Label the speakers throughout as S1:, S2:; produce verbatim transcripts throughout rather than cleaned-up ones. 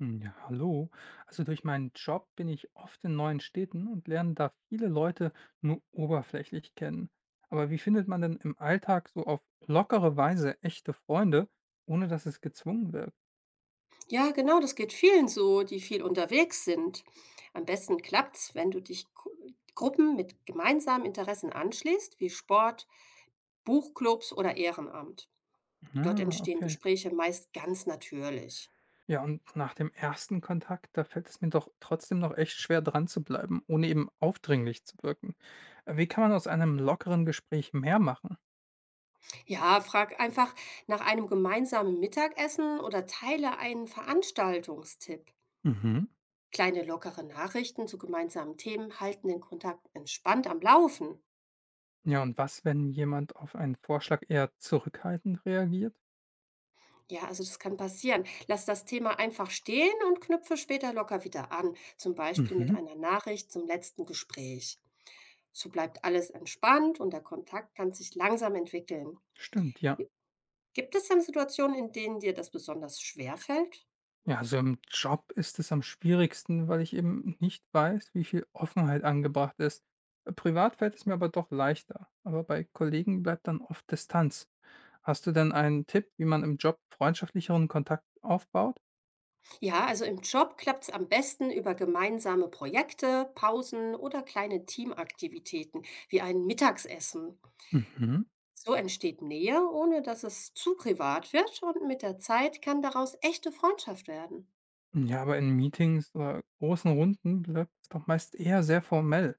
S1: Hm, ja, hallo. Also durch meinen Job bin ich oft in neuen Städten und lerne da viele Leute nur oberflächlich kennen. Aber wie findet man denn im Alltag so auf lockere Weise echte Freunde, ohne dass es gezwungen wirkt?
S2: Ja, genau, das geht vielen so, die viel unterwegs sind. Am besten klappt's, wenn du dich Gru- Gruppen mit gemeinsamen Interessen anschließt, wie Sport, Buchclubs oder Ehrenamt. Dort
S1: Ah,
S2: entstehen
S1: okay.
S2: Gespräche meist ganz natürlich.
S1: Ja, und nach dem ersten Kontakt, da fällt es mir doch trotzdem noch echt schwer dran zu bleiben, ohne eben aufdringlich zu wirken. Äh, Wie kann man aus einem lockeren Gespräch mehr machen?
S2: Ja, frag einfach nach einem gemeinsamen Mittagessen oder teile einen Veranstaltungstipp.
S1: Mhm.
S2: Kleine lockere Nachrichten zu gemeinsamen Themen halten den Kontakt entspannt am Laufen.
S1: Ja, und was, wenn jemand auf einen Vorschlag eher zurückhaltend reagiert?
S2: Ja, also das kann passieren. Lass das Thema einfach stehen und knüpfe später locker wieder an, zum Beispiel mit
S1: Mhm.
S2: einer Nachricht zum letzten Gespräch. So bleibt alles entspannt und der Kontakt kann sich langsam entwickeln.
S1: Stimmt, ja.
S2: Gibt es denn Situationen, in denen dir das besonders schwer fällt?
S1: Ja, also im Job ist es am schwierigsten, weil ich eben nicht weiß, wie viel Offenheit angebracht ist. Äh, Privat fällt es mir aber doch leichter, aber bei Kollegen bleibt dann oft Distanz. Hast du denn einen Tipp, wie man im Job freundschaftlicheren Kontakt aufbaut?
S2: Ja, also im Job klappt es am besten über gemeinsame Projekte, Pausen oder kleine Teamaktivitäten wie ein Mittagsessen.
S1: Mhm.
S2: So entsteht Nähe, ohne dass es zu privat wird, und mit der Zeit kann daraus echte Freundschaft werden.
S1: Ja, aber in Meetings oder großen Runden bleibt es doch meist eher sehr formell.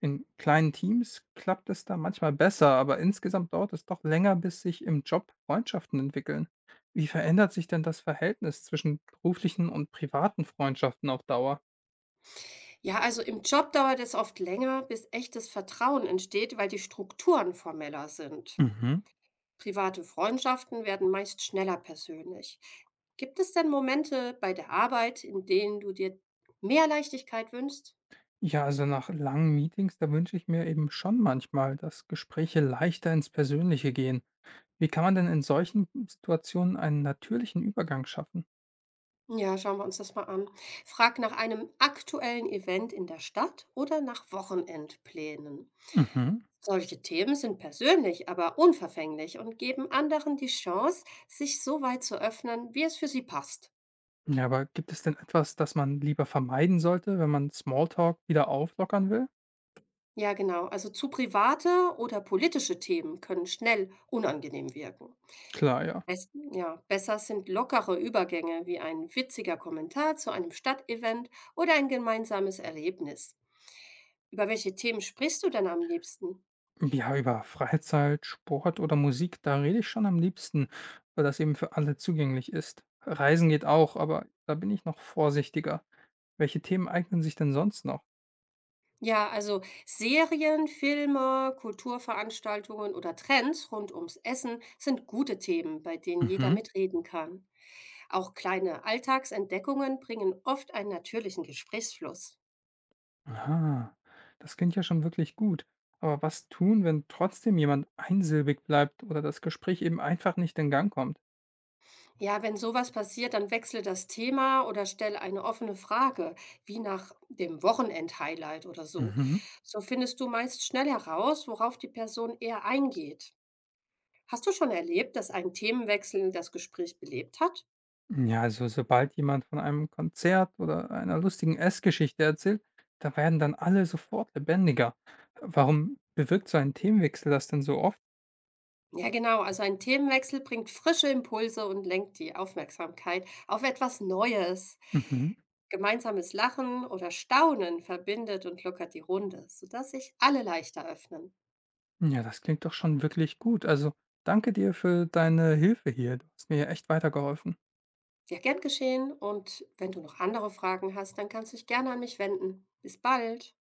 S1: In kleinen Teams klappt es da manchmal besser, aber insgesamt dauert es doch länger, bis sich im Job Freundschaften entwickeln. Wie verändert sich denn das Verhältnis zwischen beruflichen und privaten Freundschaften auf Dauer?
S2: Ja, also im Job dauert es oft länger, bis echtes Vertrauen entsteht, weil die Strukturen formeller sind.
S1: Mhm.
S2: Private Freundschaften werden meist schneller persönlich. Gibt es denn Momente bei der Arbeit, in denen du dir mehr Leichtigkeit wünschst?
S1: Ja, also nach langen Meetings, da wünsche ich mir eben schon manchmal, dass Gespräche leichter ins Persönliche gehen. Wie kann man denn in solchen Situationen einen natürlichen Übergang schaffen?
S2: Ja, schauen wir uns das mal an. Frag nach einem aktuellen Event in der Stadt oder nach Wochenendplänen.
S1: Mhm.
S2: Solche Themen sind persönlich, aber unverfänglich und geben anderen die Chance, sich so weit zu öffnen, wie es für sie passt.
S1: Ja, aber gibt es denn etwas, das man lieber vermeiden sollte, wenn man Smalltalk wieder auflockern will?
S2: Ja, genau. Also zu private oder politische Themen können schnell unangenehm wirken.
S1: Klar, ja.
S2: Es, ja, besser sind lockere Übergänge wie ein witziger Kommentar zu einem Stadtevent oder ein gemeinsames Erlebnis. Über welche Themen sprichst du denn am liebsten?
S1: Ja, über Freizeit, Sport oder Musik, da rede ich schon am liebsten, weil das eben für alle zugänglich ist. Reisen geht auch, aber da bin ich noch vorsichtiger. Welche Themen eignen sich denn sonst noch?
S2: Ja, also Serien, Filme, Kulturveranstaltungen oder Trends rund ums Essen sind gute Themen, bei denen jeder
S1: Mhm.
S2: mitreden kann. Auch kleine Alltagsentdeckungen bringen oft einen natürlichen Gesprächsfluss.
S1: Aha, das klingt ja schon wirklich gut. Aber was tun, wenn trotzdem jemand einsilbig bleibt oder das Gespräch eben einfach nicht in Gang kommt?
S2: Ja, wenn sowas passiert, dann wechsle das Thema oder stelle eine offene Frage, wie nach dem Wochenend-Highlight oder so.
S1: Mhm.
S2: So findest du meist schnell heraus, worauf die Person eher eingeht. Hast du schon erlebt, dass ein Themenwechsel das Gespräch belebt hat?
S1: Ja, also sobald jemand von einem Konzert oder einer lustigen Essgeschichte erzählt, da werden dann alle sofort lebendiger. Warum bewirkt so ein Themenwechsel das denn so oft?
S2: Ja, genau. Also ein Themenwechsel bringt frische Impulse und lenkt die Aufmerksamkeit auf etwas Neues.
S1: Mhm.
S2: Gemeinsames Lachen oder Staunen verbindet und lockert die Runde, sodass sich alle leichter öffnen.
S1: Ja, das klingt doch schon wirklich gut. Also danke dir für deine Hilfe hier. Du hast mir echt weitergeholfen.
S2: Ja, gern geschehen. Und wenn du noch andere Fragen hast, dann kannst du dich gerne an mich wenden. Bis bald.